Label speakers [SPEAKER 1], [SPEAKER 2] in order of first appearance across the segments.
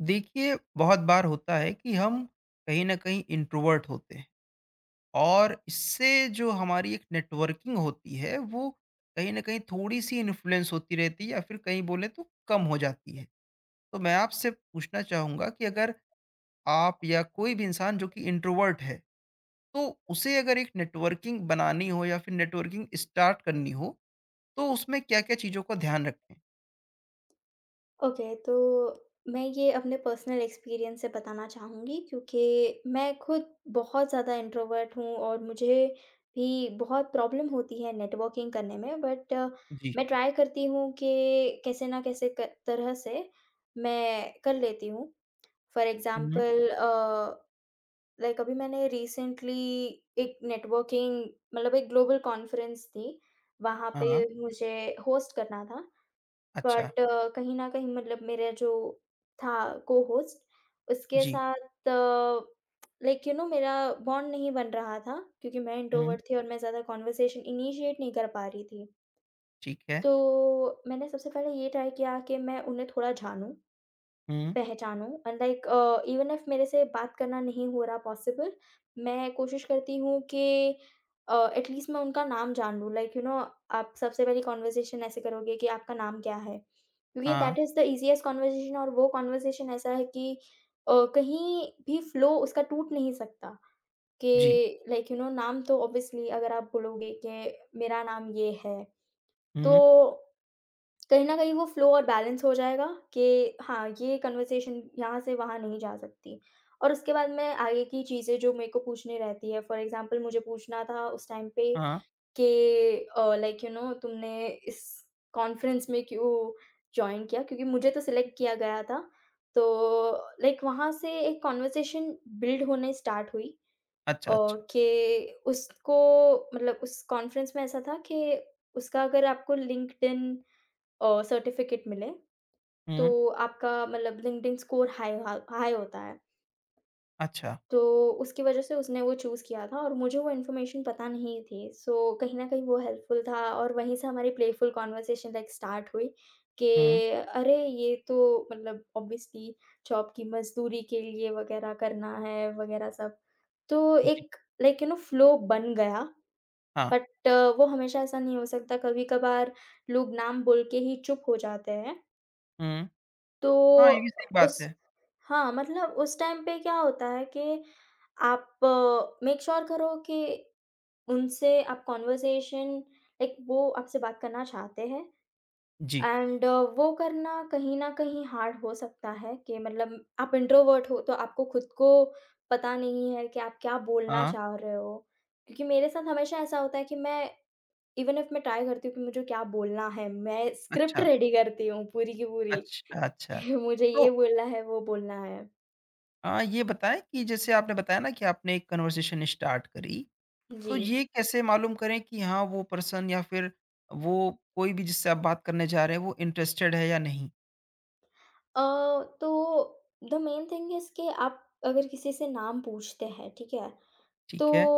[SPEAKER 1] देखिए, बहुत बार होता है कि हम कहीं न कहीं इंट्रोवर्ट होते हैं और इससे जो हमारी एक नेटवर्किंग होती है, वो कहीं न कहीं थोड़ी-सी इन्फ्लुएंस होती रहती है या फिर कहीं बोलें तो कम हो जाती है। तो मैं आपसे पूछना चाहूँगा कि अगर आप या कोई भी इंसान जो कि इंट्रोवर्ट है, तो उसे अगर एक नेटवर्किंग बनानी हो या फिर नेटवर्किंग स्टार्ट करनी हो, तो उसमें क्या-क्या चीज़ों का ध्यान रखें?
[SPEAKER 2] ओके, तो मैं ये अपने पर्सनल एक्सपीरियंस से बताना चाहूँगी क्योंकि मैं खुद बहुत ज़्यादा इंट्रोवर्ट हूँ और मुझे भी बहुत प्रॉब्लम होती है नेटवर्किंग करने में। बट
[SPEAKER 1] जी।
[SPEAKER 2] मैं ट्राई करती हूँ कि कैसे ना कैसे क तरह से मैं कर लेती हूँ। फॉर
[SPEAKER 1] हुँ,
[SPEAKER 2] एग्ज़ाम्पल लाइक अभी मैंने रिसेंटली एक नेटवर्किंग मतलब एक ग्लोबल कॉन्फ्रेंस थी, वहाँ
[SPEAKER 1] हाँ,
[SPEAKER 2] पे मुझे होस्ट करना था।
[SPEAKER 1] अच्छा।
[SPEAKER 2] बट कहीं न कहीं मतलब मेरा जो था, को-होस्ट, उसके
[SPEAKER 1] जी।
[SPEAKER 2] साथ मेरा बॉन्ड नहीं बन रहा था क्योंकि मैं
[SPEAKER 1] हुँ,
[SPEAKER 2] इंट्रोवर्ट थी और मैं ज़्यादा कन्वर्सेशन इनिशिएट नहीं कर पा रही थी।
[SPEAKER 1] ठीक है।
[SPEAKER 2] तो मैंने सबसे पहले ये ट्राई किया कि मैं उन्हें थोड़ा जानूँ,
[SPEAKER 1] हुँ,
[SPEAKER 2] पहचानूँ एंड लाइक इवन इफ मेरे से बात करना नहीं हो रहा पॉसिबल, मैं कोशिश करती हूँ कि एटलीस्ट मैं उनका नाम जान लूँ। आप सबसे पहली कन्वर्सेशन ऐसे करोगे कि आपका नाम क्या है? क्योंकि
[SPEAKER 1] हाँ,
[SPEAKER 2] that is the easiest conversation, और वो कन्वर्सेशन ऐसा है कि कहीं भी फ्लो उसका टूट नहीं सकता।
[SPEAKER 1] जी।
[SPEAKER 2] कि नाम तो ऑब्वियसली अगर आप बोलोगे कि मेरा नाम ये है, तो
[SPEAKER 1] हुँ,
[SPEAKER 2] कहीं न कहीं वो फ्लो और बैलेंस हो जाएगा कि हाँ, ये कन्वर्सेशन यहाँ से वहाँ नहीं जा सकती। और उसके बाद मैं आगे की चीज़ें जो मेरे को पूछनी रहती है, फॉर एग्ज़ाम्पल मुझे पूछना था उस टाइम पे
[SPEAKER 1] हाँ।
[SPEAKER 2] कि तुमने इस कॉन्फ्रेंस में क्यों जॉइन किया? क्योंकि मुझे तो सिलेक्ट किया गया था। तो लाइक वहाँ से एक कन्वर्सेशन बिल्ड होने स्टार्ट हुई।
[SPEAKER 1] अच्छा,
[SPEAKER 2] अ,
[SPEAKER 1] अच्छा।
[SPEAKER 2] कि उसको मतलब उस कॉन्फ्रेंस में ऐसा था कि उसका अगर आपको लिंक्डइन सर्टिफिकेट मिले,
[SPEAKER 1] हुँ,
[SPEAKER 2] तो आपका मतलब लिंक्डइन स्कोर हाई होता है।
[SPEAKER 1] अच्छा।
[SPEAKER 2] तो उसकी वजह से उसने वो चूज़ किया था और मुझे वो इन्फॉर्मेशन पता नहीं थी। सो कहीं न कहीं वो हेल्पफुल था, और वहीं से हमारी प्लेफुल कन्वर्सेशन लाइक स्टार्ट हुई कि
[SPEAKER 1] हुँ,
[SPEAKER 2] अरे! ये तो मतलब ऑब्वियसली जॉब की मज़दूरी के लिए वगैरह करना है, वगैरह सब। तो
[SPEAKER 1] जी,
[SPEAKER 2] एक फ्लो बन गया।
[SPEAKER 1] हाँ।
[SPEAKER 2] बट वो हमेशा ऐसा नहीं हो सकता, कभी-कभार लोग नाम बोल के ही चुप हो जाते हैं।
[SPEAKER 1] हुँ,
[SPEAKER 2] तो
[SPEAKER 1] हाँ, ये भी सही बात
[SPEAKER 2] उस
[SPEAKER 1] है।
[SPEAKER 2] हाँ, मतलब उस टाइम पे क्या होता है कि आप मेक श्योर करो कि उनसे आप कन्वर्सेशन, लाइक वो आपसे बात करना चाहते हैं
[SPEAKER 1] जी,
[SPEAKER 2] एंड वो करना कहीं न कहीं हार्ड हो सकता है कि मतलब आप इंट्रोवर्ट हो तो आपको खुद को पता नहीं है कि आप क्या बोलना
[SPEAKER 1] हाँ,
[SPEAKER 2] चाह रहे हो। क्योंकि मेरे साथ हमेशा ऐसा होता है कि मैं इवन इफ मैं ट्राई करती हूँ कि मुझे क्या बोलना है, मैं स्क्रिप्ट
[SPEAKER 1] अच्छा,
[SPEAKER 2] रेडी करती हूँ पूरी की पूरी।
[SPEAKER 1] अच्छा, अच्छा।
[SPEAKER 2] मुझे ये
[SPEAKER 1] तो
[SPEAKER 2] बोलना है, वो बोलना है।
[SPEAKER 1] ये बताएँ कि जैसे आपने बताया ना कि आपने एक कन्वर्सेशन स्टार्ट करी,
[SPEAKER 2] जी।
[SPEAKER 1] तो ये कैसे मालूम करें कि हाँ, वो पर्सन या फिर वो कोई भी जिससे आप बात करने जा रहे हैं, वो इंटरेस्टेड है या नहीं?
[SPEAKER 2] अ, तो द मेन थिंग इज़ कि आप अगर किसी से नाम पूछते हैं, ठीक है? तो
[SPEAKER 1] ठीक है,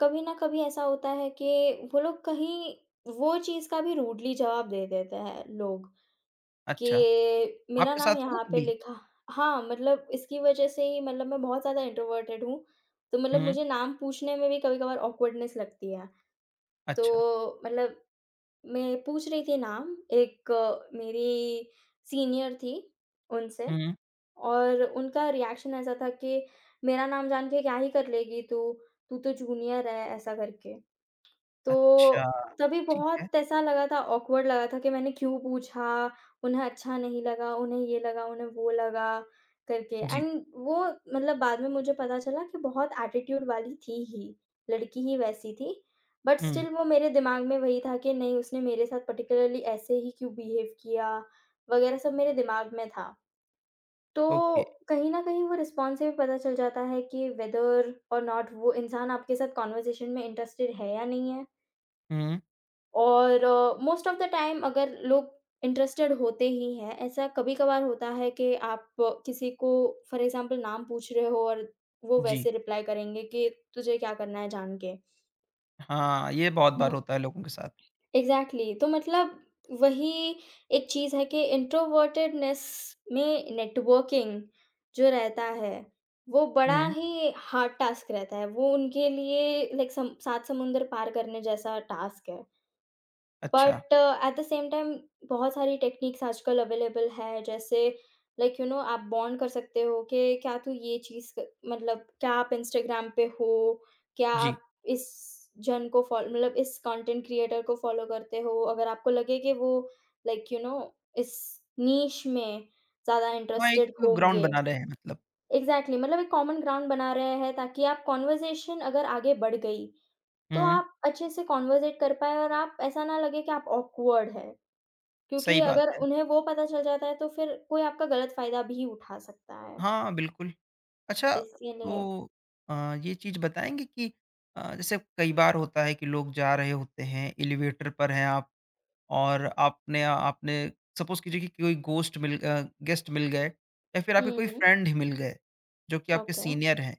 [SPEAKER 2] कभी ना कभी ऐसा होता है कि वो लोग कहीं वो चीज़ का भी रूडली जवाब दे देते हैं, लोग कि
[SPEAKER 1] अच्छा।
[SPEAKER 2] मेरा
[SPEAKER 1] आपके साथ
[SPEAKER 2] नाम
[SPEAKER 1] हुआ
[SPEAKER 2] यहाँ पे
[SPEAKER 1] कभी?
[SPEAKER 2] लिखा। हाँ, मतलब इसकी वज़ह से ही मतलब मैं बहुत ज़्यादा इंट्रोवर्टेड हूँ, तो मतलब
[SPEAKER 1] हुँ,
[SPEAKER 2] मुझे नाम पूछने में भी कभी-कभार ऑकवर्डनेस लगती है।
[SPEAKER 1] अच्छा।
[SPEAKER 2] तो मतलब मैं पूछ रही थी नाम, एक मेरी सीनियर थी उनसे,
[SPEAKER 1] हुँ,
[SPEAKER 2] और उनका रिएक्शन ऐसा था कि मेरा नाम जान के क्या ही कर लेगी तू, तू तो जूनियर है, ऐसा करके। तो
[SPEAKER 1] अच्छा,
[SPEAKER 2] तभी
[SPEAKER 1] ठीक है।
[SPEAKER 2] बहुत ऐसा लगा था, ऑकवर्ड लगा था कि मैंने क्यों पूछा? उन्हें अच्छा नहीं लगा, उन्हें ये लगा, उन्हें वो लगा करके
[SPEAKER 1] जी,
[SPEAKER 2] एंड वो मतलब बाद में मुझे पता चला कि बहुत एटीट्यूड वाली थी ही, लड़की ही वैसी थी। बट
[SPEAKER 1] हुँ,
[SPEAKER 2] स्टिल वो मेरे दिमाग में वही था कि नहीं, उसने मेरे साथ पर्टिकुलरली ऐसे ही क्यों बिहेव किया वगैरह सब मेरे दिमाग में था। तो
[SPEAKER 1] ओके।
[SPEAKER 2] कहीं न कहीं वो रिस्पॉन्स से भी पता चल जाता है कि वेदर और नॉट वो इंसान आपके साथ कन्वर्सेशन में इंटरेस्टेड है या नहीं है।
[SPEAKER 1] हुँ,
[SPEAKER 2] और मोस्ट ऑफ द टाइम अगर लोग इंटरेस्टेड होते ही हैं, ऐसा कभी-कभार होता है कि आप किसी को फॉर एग्ज़ाम्पल नाम पूछ रहे हो और वो
[SPEAKER 1] जी।
[SPEAKER 2] वैसे रिप्लाई करेंगे कि तुझे क्या करना है जान के।
[SPEAKER 1] हाँ, ये बहुत बार
[SPEAKER 2] हाँ,
[SPEAKER 1] होता है लोगों के साथ।
[SPEAKER 2] एग्ज़ैक्टली। तो मतलब वही एक चीज़ है कि इंट्रोवर्टेडनेस में नेटवर्किंग जो रहता है, वो बड़ा
[SPEAKER 1] हुँ,
[SPEAKER 2] ही हार्ड टास्क रहता है। वो उनके लिए लाइक सम सात समुंदर पार करने जैसा टास्क है।
[SPEAKER 1] अच्छा,
[SPEAKER 2] but at the same time बहुत सारी टेक्निक्स आजकल अवेलेबल है, जैसे आप बॉन्ड कर सकते हो कि क्या तू ये चीज़ क मतलब क्या आप इंस्टाग्राम पे हो? क्या
[SPEAKER 1] जी।
[SPEAKER 2] आप इस जन को फॉल मतलब इस कंटेंट क्रिएटर को फॉलो करते हो? अगर आपको लगे कि वो लाइक यू नो इस नीश में ज़्यादा
[SPEAKER 1] हाँ, एक
[SPEAKER 2] इंटरेस्टेड
[SPEAKER 1] ग्राउंड
[SPEAKER 2] होंगे।
[SPEAKER 1] बना रहे हैं मतलब।
[SPEAKER 2] एग्ज़ैक्टली, मतलब एक कॉमन ग्राउंड बना रहे हैं ताकि आप कन्वर्सेशन अगर आगे बढ़ गई तो
[SPEAKER 1] हुँ,
[SPEAKER 2] आप अच्छे से कॉन्वर्सेट कर पाएँ और आप ऐसा ना लगे कि आप ऑकवर्ड हैं, क्योंकि
[SPEAKER 1] सही बात
[SPEAKER 2] अगर
[SPEAKER 1] है।
[SPEAKER 2] उन्हें वो पता चल जाता है तो फिर कोई आपका गलत फ़ायदा भी उठा सकता है,
[SPEAKER 1] हाँ, बिल्कुल। अच्छा,
[SPEAKER 2] इसीलिए।
[SPEAKER 1] तो अ, ये चीज़ बताएँगे कि जैसे कई बार होता है कि लोग जा रहे होते हैं, एलिवेटर पर हैं आप और आपने आपने सपोज़ कीजिए कि कोई गेस्ट मिल गए या फिर आपके कोई
[SPEAKER 2] हुँ,
[SPEAKER 1] फ्रेंड ही मिल गए, जो कि आपके
[SPEAKER 2] ओके,
[SPEAKER 1] सीनियर हैं।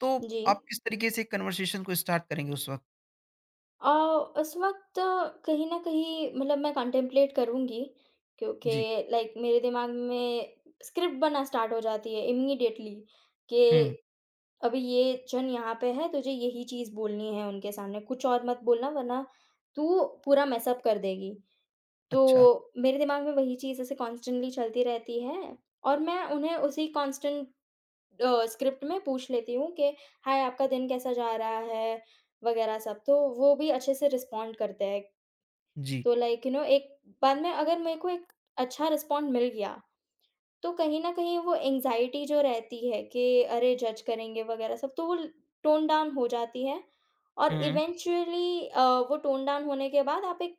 [SPEAKER 1] तो
[SPEAKER 2] जी।
[SPEAKER 1] आप किस तरीके से कन्वर्सेशन को स्टार्ट करेंगे उस वक़्त?
[SPEAKER 2] अ, उस वक़्त कहीं न कहीं मतलब मैं कंटेम्पलेट करूँगी, क्योंकि
[SPEAKER 1] जी।
[SPEAKER 2] लाइक मेरे दिमाग में स्क्रिप्ट बनना स्टार्ट हो जाती है इमीडिएटली कि
[SPEAKER 1] हुँ,
[SPEAKER 2] अभी ये जन यहाँ पे है, तुझे यही चीज़ बोलनी है उनके सामने, कुछ और मत बोलना वरना तू पूरा मेस अप कर देगी।
[SPEAKER 1] अच्छा।
[SPEAKER 2] तो मेरे दिमाग में वही चीज़ ऐसे कॉन्स्टेंटली चलती रहती है, और मैं उन्हें उसी कॉन्स्टेंट स्क्रिप्ट में पूछ लेती हूँ कि हाय, आपका दिन कैसा जा रहा है? वगैरह सब। तो वो भी अच्छे से रिस्पॉन्ड करते हैं।
[SPEAKER 1] जी।
[SPEAKER 2] तो एक बाद में अगर मेरे को एक अच्छा रिस्पॉन्ड मिल गया, तो कहीं न कहीं वो एंग्ज़ायटी जो रहती है कि अरे जज करेंगे वगैरह सब, तो वो ल टोन डाउन हो जाती है। और
[SPEAKER 1] हुँ।
[SPEAKER 2] इवेंचुअली वो टोन डाउन होने के बाद आप एक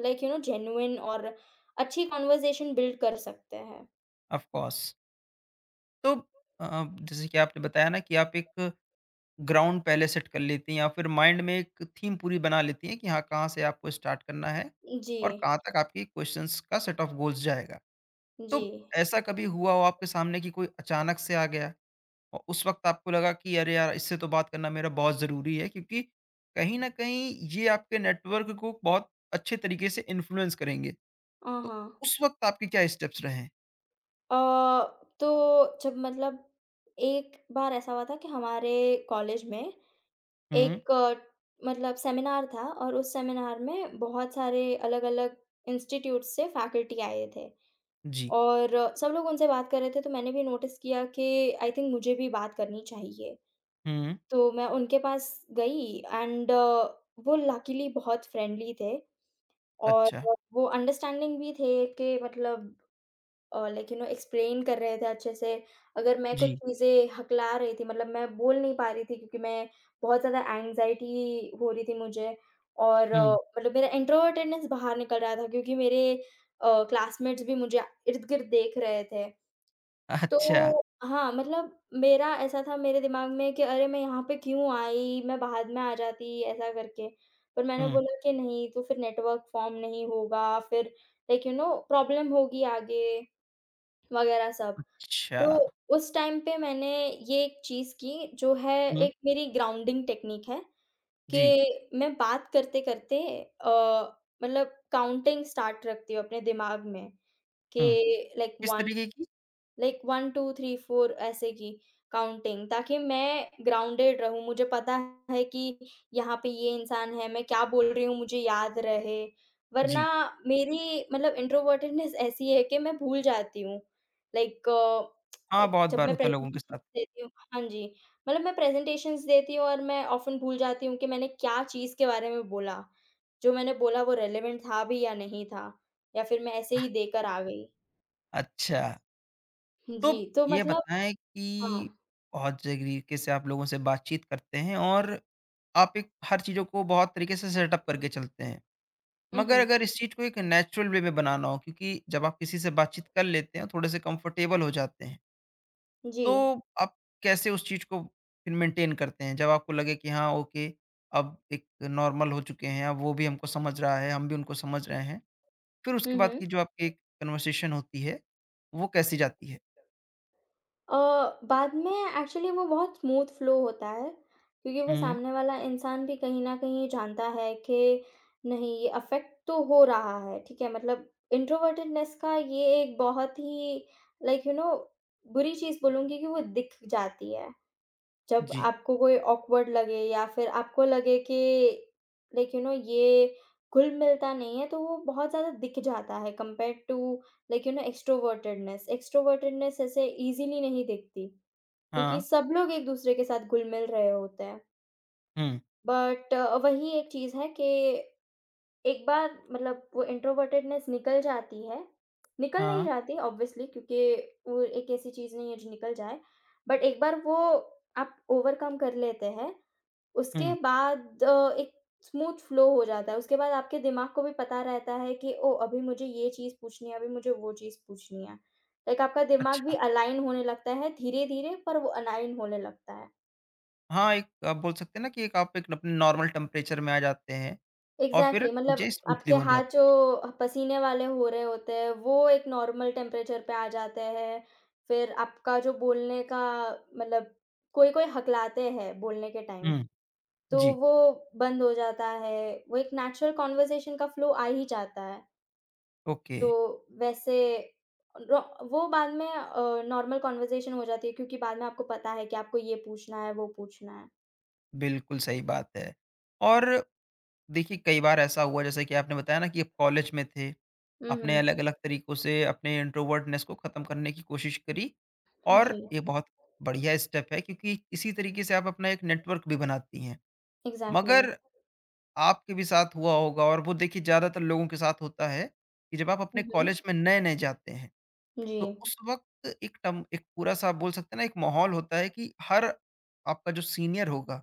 [SPEAKER 2] जेन्युइन और अच्छी कन्वर्सेशन बिल्ड कर सकते हैं।
[SPEAKER 1] Of course. तो अ, जैसे कि आपने बताया ना कि आप एक ग्राउंड पहले सेट कर लेती हैं या फिर माइंड में एक थीम पूरी बना लेती हैं कि हाँ, कहाँ से आपको स्टार्ट करना है
[SPEAKER 2] जी,
[SPEAKER 1] और कहाँ तक आपकी क्वेश्चंस का सेट ऑफ गोल्स जाएगा।
[SPEAKER 2] जी।
[SPEAKER 1] तो ऐसा कभी हुआ हो आपके सामने कि कोई अचानक से आ गया और उस वक़्त आपको लगा कि अरे यार! इससे तो बात करना मेरा बहुत ज़रूरी है क्योंकि कहीं न कहीं ये आपके नेटवर्क को बहुत अच्छे तरीके से इन्फ्लुएंस करेंगे। तो
[SPEAKER 2] हाँ।
[SPEAKER 1] उस वक़्त आपके क्या स्टेप्स रहे?
[SPEAKER 2] अ, तो जब मतलब एक बार ऐसा हुआ था कि हमारे कॉलेज में
[SPEAKER 1] हुँ।
[SPEAKER 2] एक मतलब सेमिनार था, और उस सेमिनार में बहुत सारे अलग-अलग इंस्टीट्यूट से फैकल्टी आए थे
[SPEAKER 1] जी।
[SPEAKER 2] और सब लोग उनसे बात कर रहे थे। तो मैंने भी नोटिस किया कि आई थिंक मुझे भी बात करनी चाहिए।
[SPEAKER 1] हुँ।
[SPEAKER 2] तो मैं उनके पास गई एंड वो लकीली बहुत फ्रेंडली थे, और
[SPEAKER 1] अच्छा।
[SPEAKER 2] वो अंडरस्टैंडिंग भी थे कि मतलब एक्सप्लेन कर रहे थे अच्छे से। अगर मैं कुछ
[SPEAKER 1] जी।
[SPEAKER 2] चीज़ें हकला रही थी मतलब मैं बोल नहीं पा रही थी क्योंकि मैं बहुत ज़्यादा एंग्ज़ायटी हो रही थी मुझे, और
[SPEAKER 1] हुँ।
[SPEAKER 2] मतलब मेरा इंट्रोवर्टेडनेस बाहर निकल रहा था क्योंकि मेरे क्लासमेट्स भी मुझे इर्द-गिर्द देख रहे थे। तो
[SPEAKER 1] अच्छा।
[SPEAKER 2] हाँ, मतलब मेरा ऐसा था मेरे दिमाग में कि अरे मैं यहाँ पे क्यों आई, मैं बाद में आ जाती, ऐसा करके। पर मैंने
[SPEAKER 1] हुँ।
[SPEAKER 2] बोला कि नहीं तो फिर नेटवर्क फ़ॉर्म नहीं होगा, फिर प्रॉब्लम होगी आगे, वगैरह सब।
[SPEAKER 1] अच्छा।
[SPEAKER 2] तो उस टाइम पे मैंने ये एक चीज़ की, जो है
[SPEAKER 1] हुँ।
[SPEAKER 2] एक मेरी ग्राउंडिंग टेक्नीक है
[SPEAKER 1] जी।
[SPEAKER 2] कि मैं बात करते-करते अ, मतलब काउंटिंग स्टार्ट रखती हूँ अपने दिमाग में कि
[SPEAKER 1] हुँ।
[SPEAKER 2] लाइक
[SPEAKER 1] इस
[SPEAKER 2] 1,
[SPEAKER 1] तरीके की
[SPEAKER 2] लाइक 1, 2, 3, 4 ऐसे की काउंटिंग, ताकि मैं ग्राउंडेड रहूँ। मुझे पता है कि यहाँ पे ये इंसान है, मैं क्या बोल रही हूँ मुझे याद रहे। वरना
[SPEAKER 1] जी।
[SPEAKER 2] मेरी मतलब इंट्रोवर्टेडनेस ऐसी है कि मैं भूल जाती हूँ। लाइक
[SPEAKER 1] हाँ,
[SPEAKER 2] लाइक
[SPEAKER 1] बहुत
[SPEAKER 2] जब
[SPEAKER 1] बार
[SPEAKER 2] मैं
[SPEAKER 1] होता है लोगों के
[SPEAKER 2] प्रेज़ेंटेशंस
[SPEAKER 1] साथ।
[SPEAKER 2] देती हूँ। हाँ जी, मतलब मैं प्रेज़ेंटेशंस देती हूँ और मैं ऑफ़न भूल जाती हूँ कि मैंने क्या चीज़ के बारे में बोला। जो मैंने बोला वो रेलेवेंट था भी या नहीं था, या फिर मैं ऐसे ही देकर आ गई।
[SPEAKER 1] अच्छा, तो
[SPEAKER 2] जी, तो
[SPEAKER 1] ये
[SPEAKER 2] मतलब
[SPEAKER 1] बताएँ कि
[SPEAKER 2] हाँ।
[SPEAKER 1] बहुत तरीके से आप लोगों से बातचीत करते हैं और आप एक हर चीज़ों को बहुत तरीके से सेटअप करके चलते हैं।
[SPEAKER 2] हुँ,
[SPEAKER 1] मगर
[SPEAKER 2] हुँ।
[SPEAKER 1] अगर इस चीज़ को एक नेचुरल वे में बनाना हो क्योंकि जब आप किसी से बातचीत कर लेते हैं, थोड़े से कंफर्टेबल हो जाते हैं।
[SPEAKER 2] जी।
[SPEAKER 1] तो आप कैसे उस चीज़ को फिर मेंटेन करते हैं? जब आपको लगे कि हाँ ओके, अब एक नॉर्मल हो चुके हैं, अब वो भी हमको समझ रहा है, हम भी उनको समझ रहे हैं। फिर उसके
[SPEAKER 2] हुँ,
[SPEAKER 1] बाद
[SPEAKER 2] हुँ।
[SPEAKER 1] की जो आपकी एक कन्वर्सेशन होती है, वो कैसी जाती है?
[SPEAKER 2] अ, बाद में एक्चुअली वो बहुत स्मूथ फ्लो होता है, क्योंकि वो
[SPEAKER 1] हुँ,
[SPEAKER 2] सामने वाला इंसान भी कहीं न कहीं जानता है कि नहीं, ये अफ़ेक्ट तो हो रहा है, ठीक है? मतलब इंट्रोवर्टेडनेस का ये एक बहुत ही लाइक यू नो बुरी चीज़ बोलूँगी कि वो दिख जाती है। जब
[SPEAKER 1] जी।
[SPEAKER 2] आपको कोई ऑकवर्ड लगे या फिर आपको लगे कि ये घुल-मिलता नहीं है, तो वो बहुत ज़्यादा दिख जाता है कंपेयर्ड टू एक्सट्रोवर्टेडनेस। एक्सट्रोवर्टेडनेस ऐसे ईज़िली नहीं दिखती, क्योंकि
[SPEAKER 1] हाँ,
[SPEAKER 2] सब लोग एक-दूसरे के साथ घुल-मिल रहे होते हैं।
[SPEAKER 1] हुँ,
[SPEAKER 2] बट वही एक चीज़ है कि एक बार मतलब वो इंट्रोवर्टेडनेस निकल जाती है। निकल नहीं
[SPEAKER 1] हाँ,
[SPEAKER 2] जाती ऑब्वियसली, क्योंकि वो एक ऐसी चीज़ नहीं है जो निकल जाए। बट एक बार वो आप ओवरकम कर लेते हैं, उसके
[SPEAKER 1] हुँ,
[SPEAKER 2] बाद एक स्मूथ फ़्लो हो जाता है। उसके बाद आपके दिमाग को भी पता रहता है कि ओह! अभी मुझे ये चीज़ पूछनी है, अभी मुझे वो चीज़ पूछनी है। लाइक आपका दिमाग भी
[SPEAKER 1] अच्छा।
[SPEAKER 2] अलाइन होने लगता है, धीरे-धीरे पर वो अलाइन होने लगता है।
[SPEAKER 1] हाँ, एक आप बोल सकते हैं ना कि एक आप एक अपने नॉर्मल टेम्परेचर में आ जाते हैं और फिर
[SPEAKER 2] एग्ज़ैक्टली, मतलब
[SPEAKER 1] चीज़ें स्मूथली
[SPEAKER 2] आपके
[SPEAKER 1] हो जाती
[SPEAKER 2] हाथ जो
[SPEAKER 1] हैं।
[SPEAKER 2] पसीने वाले हो रहे होते हैं, वो एक नॉर्मल टेम्परेचर पे आ जाते हैं। फिर आपका जो बोलने का मतलब कोई-कोई हकलाते हैं बोलने के टाइम।
[SPEAKER 1] हुँ,
[SPEAKER 2] तो
[SPEAKER 1] जी,
[SPEAKER 2] वो बंद हो जाता है, वो एक नेचुरल कन्वर्सेशन का फ्लो आ ही जाता है।
[SPEAKER 1] ओके,
[SPEAKER 2] तो वैसे रो वो बाद में नॉर्मल कन्वर्सेशन हो जाती है, क्योंकि बाद में आपको पता है कि आपको ये पूछना है, वो पूछना है।
[SPEAKER 1] बिल्कुल सही बात है। और देखिए, कई बार ऐसा हुआ जैसे कि आपने बताया ना कि आप कॉलेज में थे,
[SPEAKER 2] हुँ,
[SPEAKER 1] आपने
[SPEAKER 2] हुँ।
[SPEAKER 1] अलग-अलग तरीकों से अपने इंट्रोवर्टनेस को ख़त्म करने की कोशिश करी और
[SPEAKER 2] जी,
[SPEAKER 1] ये बहुत बढ़िया स्टेप है क्योंकि इसी तरीके से आप अपना एक नेटवर्क भी बनाती हैं।
[SPEAKER 2] एग्ज़ैक्टली।
[SPEAKER 1] मगर आपके भी साथ हुआ होगा और वो देखिए ज़्यादातर लोगों के साथ होता है कि जब आप
[SPEAKER 2] हुँ,
[SPEAKER 1] अपने
[SPEAKER 2] हुँ।
[SPEAKER 1] कॉलेज में नए-नए जाते हैं,
[SPEAKER 2] जी।
[SPEAKER 1] तो उस वक़्त एक पूरा-सा आप बोल सकते हैं ना एक माहौल होता है कि हर आपका जो सीनियर होगा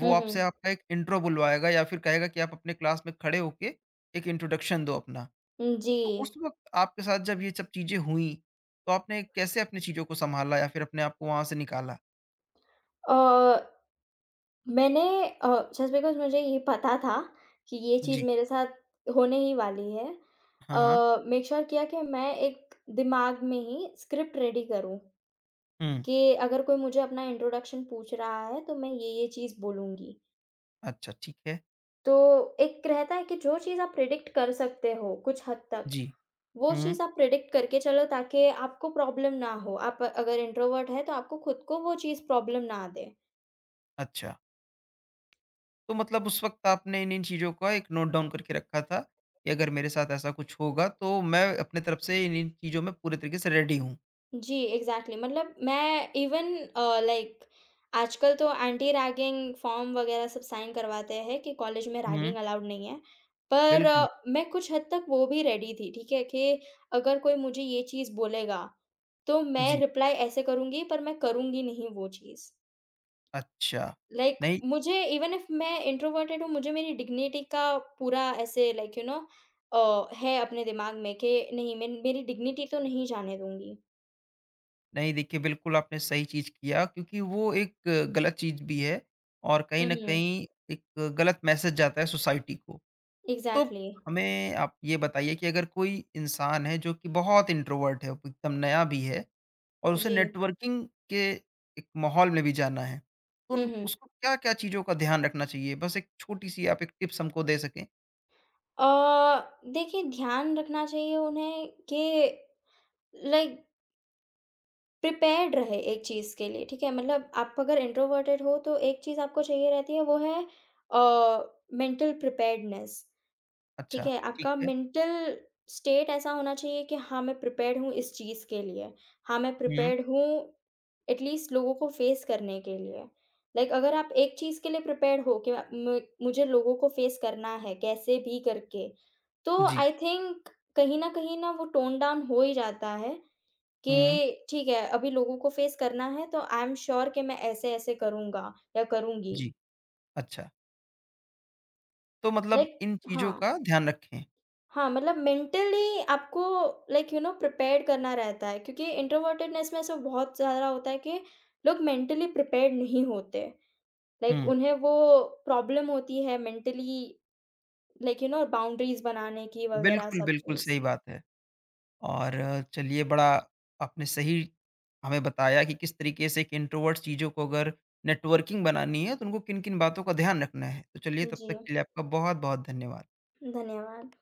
[SPEAKER 1] वो
[SPEAKER 2] हुँ,
[SPEAKER 1] आपसे
[SPEAKER 2] हुँ।
[SPEAKER 1] आपका एक इंट्रो बुलवाएगा या फिर कहेगा कि आप अपने क्लास में खड़े होके एक इंट्रोडक्शन दो अपना।
[SPEAKER 2] जी।
[SPEAKER 1] तो उस वक़्त आपके साथ जब ये सब चीज़ें हुई, तो आपने कैसे अपनी चीज़ों को सँभाला या फिर अपने आप को वहाँ से निकाला?
[SPEAKER 2] अ, मैंने अ, जस्ट बिकॉज़ मुझे ये पता था कि ये चीज़
[SPEAKER 1] जी।
[SPEAKER 2] मेरे साथ होने ही वाली है,
[SPEAKER 1] हाँ, हाँ।
[SPEAKER 2] मेक श्योर किया कि मैं एक दिमाग में ही स्क्रिप्ट रेडी करूँ।
[SPEAKER 1] हुँ।
[SPEAKER 2] कि अगर कोई मुझे अपना इंट्रोडक्शन पूछ रहा है तो मैं ये-ये चीज़ बोलूँगी।
[SPEAKER 1] अच्छा, ठीक है।
[SPEAKER 2] तो एक रहता है कि जो चीज़ आप प्रिडिक्ट कर सकते हो कुछ हद तक,
[SPEAKER 1] जी।
[SPEAKER 2] वो
[SPEAKER 1] हुँ।
[SPEAKER 2] चीज़ आप प्रिडिक्ट करके चलो, ताकि आपको प्रॉब्लम ना हो। आप अगर इंट्रोवर्ट है तो आपको खुद को वो चीज़ प्रॉब्लम ना दे।
[SPEAKER 1] अच्छा। तो मतलब उस वक़्त आपने इन-इन चीज़ों का एक नोट डाउन करके रखा था कि अगर मेरे साथ ऐसा कुछ होगा तो मैं अपने तरफ से इन-इन चीज़ों में पूरे तरीके से रेडी हूँ।
[SPEAKER 2] जी, एग्ज़ैक्टली, मतलब मैं इवन लाइक आजकल तो एंटी रैगिंग फॉर्म वगैरह सब साइन करवाते हैं कि कॉलेज में रैगिंग
[SPEAKER 1] हुँ।
[SPEAKER 2] अलाउड नहीं है। पर
[SPEAKER 1] बिल्कुल।
[SPEAKER 2] मैं कुछ हद तक वो भी रेडी थी, ठीक है? कि अगर कोई मुझे ये चीज़ बोलेगा, तो मैं
[SPEAKER 1] जी।
[SPEAKER 2] रिप्लाई ऐसे करूँगी, पर मैं करूँगी नहीं वो चीज़।
[SPEAKER 1] अच्छा।
[SPEAKER 2] लाइक,
[SPEAKER 1] नहीं
[SPEAKER 2] मुझे इवन इफ मैं इंट्रोवर्टेड हूँ, मुझे मेरी डिग्निटी का पूरा ऐसे है अपने दिमाग में कि नहीं, मैं मेरी डिग्निटी तो नहीं जाने दूँगी।
[SPEAKER 1] नहीं देखिए बिल्कुल आपने सही चीज़ किया क्योंकि वो एक गलत चीज़ भी है और कहीं
[SPEAKER 2] हुँ,
[SPEAKER 1] न
[SPEAKER 2] हुँ।
[SPEAKER 1] कहीं एक गलत मैसेज जाता है सोसाइटी को। तो
[SPEAKER 2] एग्ज़ैक्टली,
[SPEAKER 1] हमें आप ये बताइए कि अगर कोई इंसान है जो कि बहुत इंट्रोवर्ट है, वो एकदम नया भी है और उसे
[SPEAKER 2] जी।
[SPEAKER 1] नेटवर्किंग के एक माहौल में भी जाना है, तो
[SPEAKER 2] हुँ,
[SPEAKER 1] उन
[SPEAKER 2] हुँ।
[SPEAKER 1] उसको क्या-क्या चीज़ों का ध्यान रखना चाहिए? बस एक छोटी-सी आप एक टिप्स हमको दे सकें।
[SPEAKER 2] अ, देखिए ध्यान रखना चाहिए उन्हें कि लाइक प्रिपेयर्ड रहे एक चीज़ के लिए, ठीक है? मतलब आप अगर इंट्रोवर्टेड हो तो एक चीज़ आपको चाहिए रहती है, वो है अ, मेंटल प्रिपेयर्डनेस। ठीक
[SPEAKER 1] अच्छा,
[SPEAKER 2] है,
[SPEAKER 1] ठीक
[SPEAKER 2] आपका
[SPEAKER 1] है।
[SPEAKER 2] मेंटल स्टेट ऐसा होना चाहिए कि हाँ, मैं प्रिपेयर्ड हूँ इस चीज़ के लिए। हाँ, मैं
[SPEAKER 1] हुँ,
[SPEAKER 2] प्रिपेयर्ड हूँ एटलीस्ट लोगों को फेस करने के लिए। लाइक अगर आप एक चीज़ के लिए प्रिपेयर्ड हो कि म मुझे लोगों को फेस करना है कैसे भी करके, तो
[SPEAKER 1] जी।
[SPEAKER 2] आई थिंक कहीं न कहीं ना वो टोन डाउन हो ही जाता है
[SPEAKER 1] हुँ,
[SPEAKER 2] कि ठीक है, अभी लोगों को फेस करना है तो आई एम श्योर कि मैं ऐसे-ऐसे करूँगा या करूँगी।
[SPEAKER 1] जी। अच्छा, तो मतलब
[SPEAKER 2] लाइक
[SPEAKER 1] इन
[SPEAKER 2] हाँ।
[SPEAKER 1] चीज़ों का ध्यान रखें।
[SPEAKER 2] हाँ, मतलब मेंटली आपको प्रिपेयर्ड करना रहता है, क्योंकि इंट्रोवर्टेडनेस में ऐसा बहुत ज़्यादा होता है कि लोग मेंटली प्रिपेयर्ड नहीं होते। लाइक
[SPEAKER 1] हुँ।
[SPEAKER 2] उन्हें वो प्रॉब्लम होती है मेंटली बाउंड्रीज़ बनाने की वगैरह
[SPEAKER 1] बिल्कुल,
[SPEAKER 2] सब
[SPEAKER 1] बिल्कुल
[SPEAKER 2] चीज़।
[SPEAKER 1] सही बात है। और चलिए बड़ा आपने सही हमें बताया कि किस तरीके से एक इंट्रोवर्ट चीज़ों को अगर नेटवर्किंग बनानी है तो उनको किन-किन बातों का ध्यान रखना है। तो चलिए तब
[SPEAKER 2] जी,
[SPEAKER 1] तक के लिए आपका बहुत-बहुत धन्यवाद।
[SPEAKER 2] धन्यवाद।